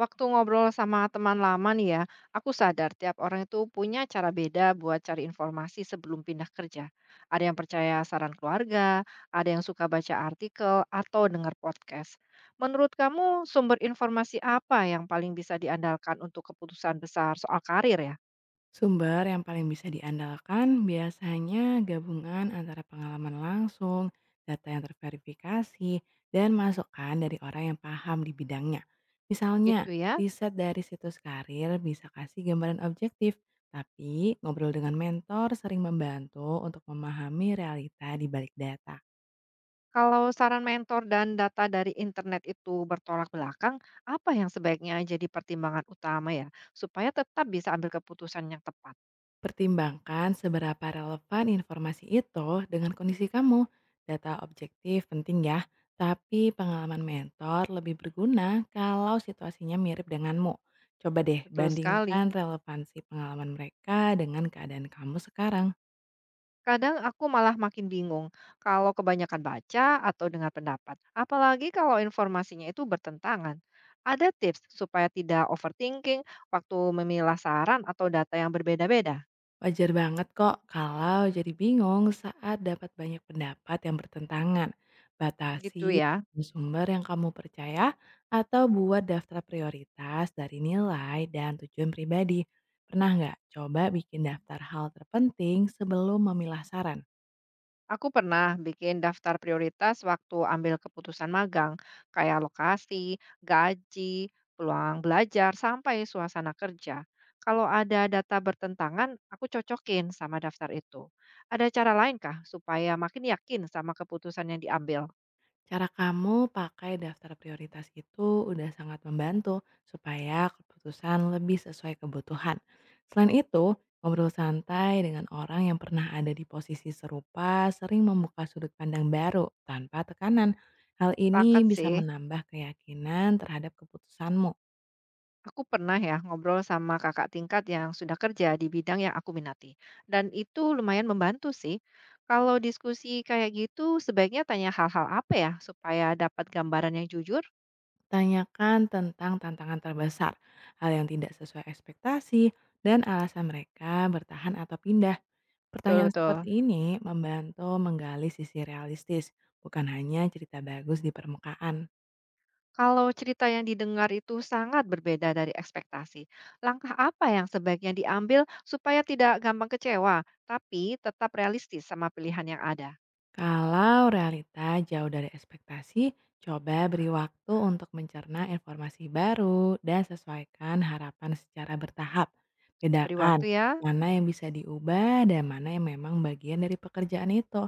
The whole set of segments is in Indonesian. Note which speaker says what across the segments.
Speaker 1: Waktu ngobrol sama teman lama nih ya, aku sadar tiap orang itu punya cara beda buat cari informasi sebelum pindah kerja. Ada yang percaya saran keluarga, ada yang suka baca artikel, atau dengar podcast. Menurut kamu, sumber informasi apa yang paling bisa diandalkan untuk keputusan besar soal karir ya?
Speaker 2: Sumber yang paling bisa diandalkan biasanya gabungan antara pengalaman langsung, data yang terverifikasi, dan masukan dari orang yang paham di bidangnya. Misalnya,
Speaker 1: Gitu ya.
Speaker 2: riset dari situs karir bisa kasih gambaran objektif, tapi ngobrol dengan mentor sering membantu untuk memahami realita di balik data.
Speaker 1: Kalau saran mentor dan data dari internet itu bertolak belakang, apa yang sebaiknya jadi pertimbangan utama ya, supaya tetap bisa ambil keputusan yang tepat?
Speaker 2: Pertimbangkan seberapa relevan informasi itu dengan kondisi kamu. Data objektif penting ya, tapi pengalaman mentor lebih berguna kalau situasinya mirip denganmu. Coba deh
Speaker 1: Betul
Speaker 2: bandingkan
Speaker 1: sekali.
Speaker 2: relevansi pengalaman mereka dengan keadaan kamu sekarang.
Speaker 1: Kadang aku malah makin bingung kalau kebanyakan baca atau dengar pendapat, apalagi kalau informasinya itu bertentangan. Ada tips supaya tidak overthinking waktu memilah saran atau data yang berbeda-beda?
Speaker 2: Wajar banget kok kalau jadi bingung saat dapat banyak pendapat yang bertentangan.
Speaker 1: Gitu
Speaker 2: Batasi
Speaker 1: ya.
Speaker 2: sumber yang kamu percaya atau buat daftar prioritas dari nilai dan tujuan pribadi. Pernah nggak coba bikin daftar hal terpenting sebelum memilah saran?
Speaker 1: Aku pernah bikin daftar prioritas waktu ambil keputusan magang, kayak lokasi, gaji, peluang belajar, sampai suasana kerja. Kalau ada data bertentangan, aku cocokin sama daftar itu. Ada cara lain kah supaya makin yakin sama keputusan yang diambil?
Speaker 2: Cara kamu pakai daftar prioritas itu udah sangat membantu supaya keputusan lebih sesuai kebutuhan. Selain itu, ngobrol santai dengan orang yang pernah ada di posisi serupa sering membuka sudut pandang baru tanpa tekanan. Hal ini
Speaker 1: Sepakat
Speaker 2: bisa
Speaker 1: sih.
Speaker 2: menambah keyakinan terhadap keputusanmu.
Speaker 1: Aku pernah ya ngobrol sama kakak tingkat yang sudah kerja di bidang yang aku minati. Dan itu lumayan membantu sih. Kalau diskusi kayak gitu, sebaiknya tanya hal-hal apa ya supaya dapat gambaran yang jujur?
Speaker 2: Tanyakan tentang tantangan terbesar, hal yang tidak sesuai ekspektasi, dan alasan mereka bertahan atau pindah.
Speaker 1: Betul,
Speaker 2: Pertanyaan
Speaker 1: betul.
Speaker 2: seperti ini membantu menggali sisi realistis, bukan hanya cerita bagus di permukaan.
Speaker 1: Kalau cerita yang didengar itu sangat berbeda dari ekspektasi, langkah apa yang sebaiknya diambil supaya tidak gampang kecewa, tapi tetap realistis sama pilihan yang ada?
Speaker 2: Kalau realita jauh dari ekspektasi, coba beri waktu untuk mencerna informasi baru dan sesuaikan harapan secara bertahap.
Speaker 1: Beri
Speaker 2: Bedakan
Speaker 1: waktu ya.
Speaker 2: mana yang bisa diubah dan mana yang memang bagian dari pekerjaan itu.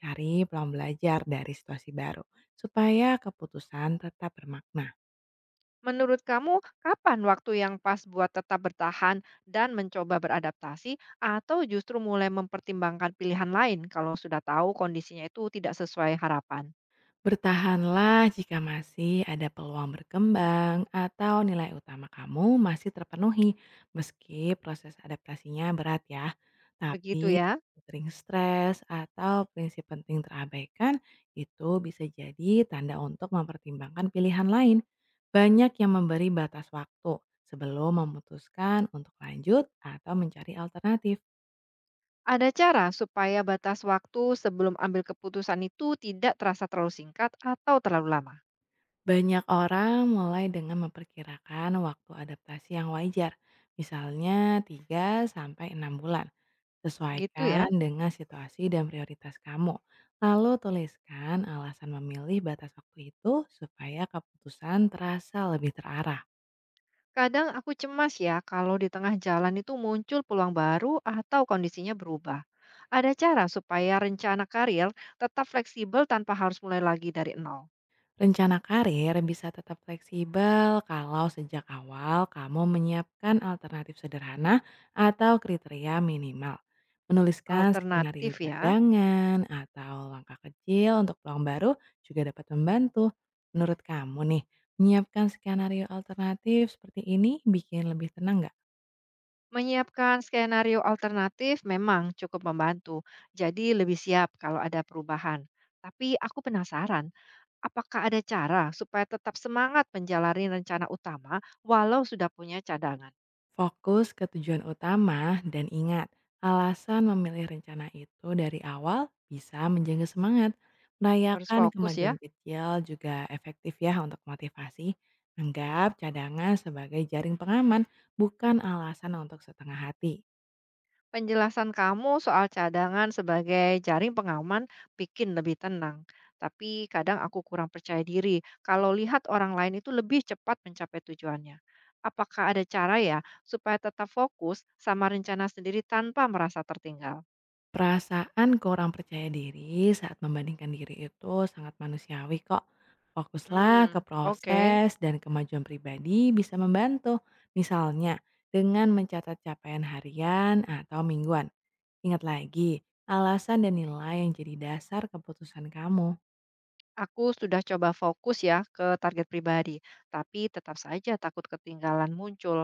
Speaker 2: Cari peluang belajar dari situasi baru supaya keputusan tetap bermakna.
Speaker 1: Menurut kamu, kapan waktu yang pas buat tetap bertahan dan mencoba beradaptasi, atau justru mulai mempertimbangkan pilihan lain kalau sudah tahu kondisinya itu tidak sesuai harapan?
Speaker 2: Bertahanlah jika masih ada peluang berkembang atau nilai utama kamu masih terpenuhi, meski proses adaptasinya berat ya.
Speaker 1: Begitu
Speaker 2: Tapi
Speaker 1: ya.
Speaker 2: sering stres atau prinsip penting terabaikan itu bisa jadi tanda untuk mempertimbangkan pilihan lain. Banyak yang memberi batas waktu sebelum memutuskan untuk lanjut atau mencari alternatif.
Speaker 1: Ada cara supaya batas waktu sebelum ambil keputusan itu tidak terasa terlalu singkat atau terlalu lama.
Speaker 2: Banyak orang mulai dengan memperkirakan waktu adaptasi yang wajar, misalnya 3 sampai 6 bulan.
Speaker 1: Gitu
Speaker 2: Sesuaikan
Speaker 1: ya.
Speaker 2: dengan situasi dan prioritas kamu. Lalu tuliskan alasan memilih batas waktu itu supaya keputusan terasa lebih terarah.
Speaker 1: Kadang aku cemas ya kalau di tengah jalan itu muncul peluang baru atau kondisinya berubah. Ada cara supaya rencana karir tetap fleksibel tanpa harus mulai lagi dari nol.
Speaker 2: Rencana karir bisa tetap fleksibel kalau sejak awal kamu menyiapkan alternatif sederhana atau kriteria minimal. Menuliskan skenario
Speaker 1: Alternatif ya,
Speaker 2: cadangan atau langkah kecil untuk peluang baru juga dapat membantu. Menurut kamu nih, menyiapkan skenario alternatif seperti ini bikin lebih tenang nggak?
Speaker 1: menyiapkan skenario alternatif memang cukup membantu, jadi lebih siap kalau ada perubahan. Tapi aku penasaran, apakah ada cara supaya tetap semangat menjalani rencana utama walau sudah punya cadangan?
Speaker 2: Fokus ke tujuan utama dan ingat, alasan memilih rencana itu dari awal bisa menjaga semangat.
Speaker 1: Harus
Speaker 2: Merayakan
Speaker 1: fokus ya.
Speaker 2: kemajuan kecil juga efektif ya untuk motivasi. Anggap cadangan sebagai jaring pengaman, bukan alasan untuk setengah hati.
Speaker 1: Penjelasan kamu soal cadangan sebagai jaring pengaman bikin lebih tenang. Tapi kadang aku kurang percaya diri kalau lihat orang lain itu lebih cepat mencapai tujuannya. Apakah ada cara ya supaya tetap fokus sama rencana sendiri tanpa merasa tertinggal?
Speaker 2: Perasaan kurang percaya diri saat membandingkan diri itu sangat manusiawi kok. Fokuslah ke
Speaker 1: Hmm, oke.
Speaker 2: proses dan kemajuan pribadi bisa membantu. Misalnya, dengan mencatat capaian harian atau mingguan. Ingat lagi, alasan dan nilai yang jadi dasar keputusan kamu.
Speaker 1: Aku sudah coba fokus ya ke target pribadi, tapi tetap saja takut ketinggalan muncul.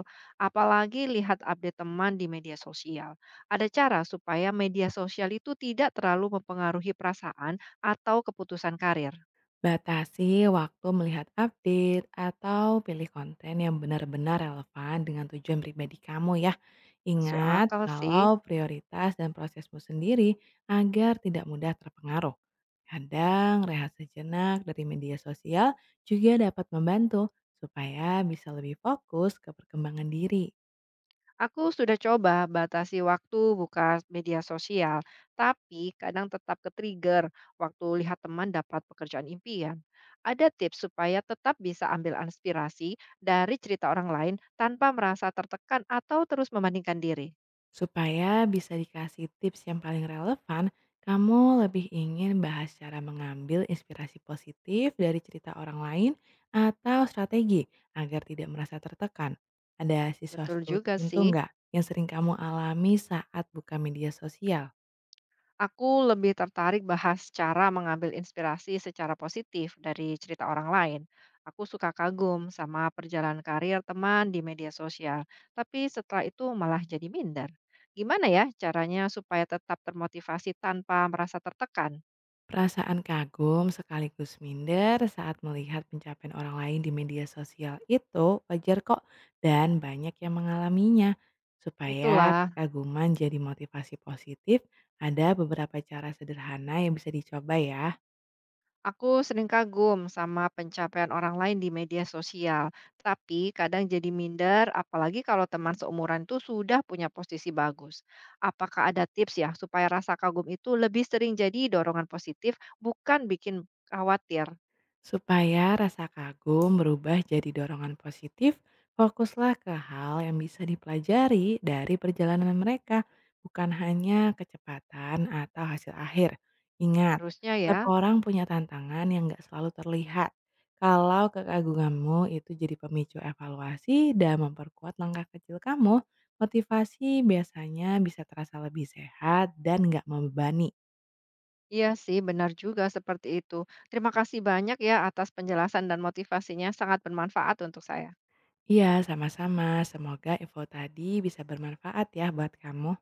Speaker 1: Apalagi lihat update teman di media sosial. Ada cara supaya media sosial itu tidak terlalu mempengaruhi perasaan atau keputusan karir.
Speaker 2: Batasi waktu melihat update atau pilih konten yang benar-benar relevan dengan tujuan pribadi kamu ya.
Speaker 1: Masuk
Speaker 2: Ingat
Speaker 1: akal sih.
Speaker 2: kalau prioritas dan prosesmu sendiri agar tidak mudah terpengaruh. Kadang rehat sejenak dari media sosial juga dapat membantu supaya bisa lebih fokus ke perkembangan diri.
Speaker 1: Aku sudah coba batasi waktu buka media sosial, tapi kadang tetap ke-trigger waktu lihat teman dapat pekerjaan impian. Ada tips supaya tetap bisa ambil inspirasi dari cerita orang lain tanpa merasa tertekan atau terus membandingkan diri.
Speaker 2: Supaya bisa dikasih tips yang paling relevan, kamu lebih ingin bahas cara mengambil inspirasi positif dari cerita orang lain atau strategi agar tidak merasa tertekan. Ada
Speaker 1: Betul
Speaker 2: sesuatu
Speaker 1: juga
Speaker 2: tertentu
Speaker 1: sih.
Speaker 2: nggak yang sering kamu alami saat buka media sosial?
Speaker 1: Aku lebih tertarik bahas cara mengambil inspirasi secara positif dari cerita orang lain. Aku suka kagum sama perjalanan karir teman di media sosial, tapi setelah itu malah jadi minder. Gimana ya caranya supaya tetap termotivasi tanpa merasa tertekan?
Speaker 2: Perasaan kagum sekaligus minder saat melihat pencapaian orang lain di media sosial itu wajar kok dan banyak yang mengalaminya. Supaya
Speaker 1: Itulah.
Speaker 2: kekaguman jadi motivasi positif, ada beberapa cara sederhana yang bisa dicoba ya.
Speaker 1: Aku sering kagum sama pencapaian orang lain di media sosial, tapi kadang jadi minder, apalagi kalau teman seumuran itu sudah punya posisi bagus. Apakah ada tips ya supaya rasa kagum itu lebih sering jadi dorongan positif, bukan bikin khawatir?
Speaker 2: Supaya rasa kagum berubah jadi dorongan positif, fokuslah ke hal yang bisa dipelajari dari perjalanan mereka, bukan hanya kecepatan atau hasil akhir. Ingat,
Speaker 1: Harusnya ya.
Speaker 2: setiap orang punya tantangan yang nggak selalu terlihat. Kalau kekagumanmu itu jadi pemicu evaluasi dan memperkuat langkah kecil kamu, motivasi biasanya bisa terasa lebih sehat dan nggak membebani.
Speaker 1: Iya sih, benar juga seperti itu. Terima kasih banyak ya atas penjelasan dan motivasinya, sangat bermanfaat untuk saya.
Speaker 2: Iya, sama-sama. Semoga info tadi bisa bermanfaat ya buat kamu.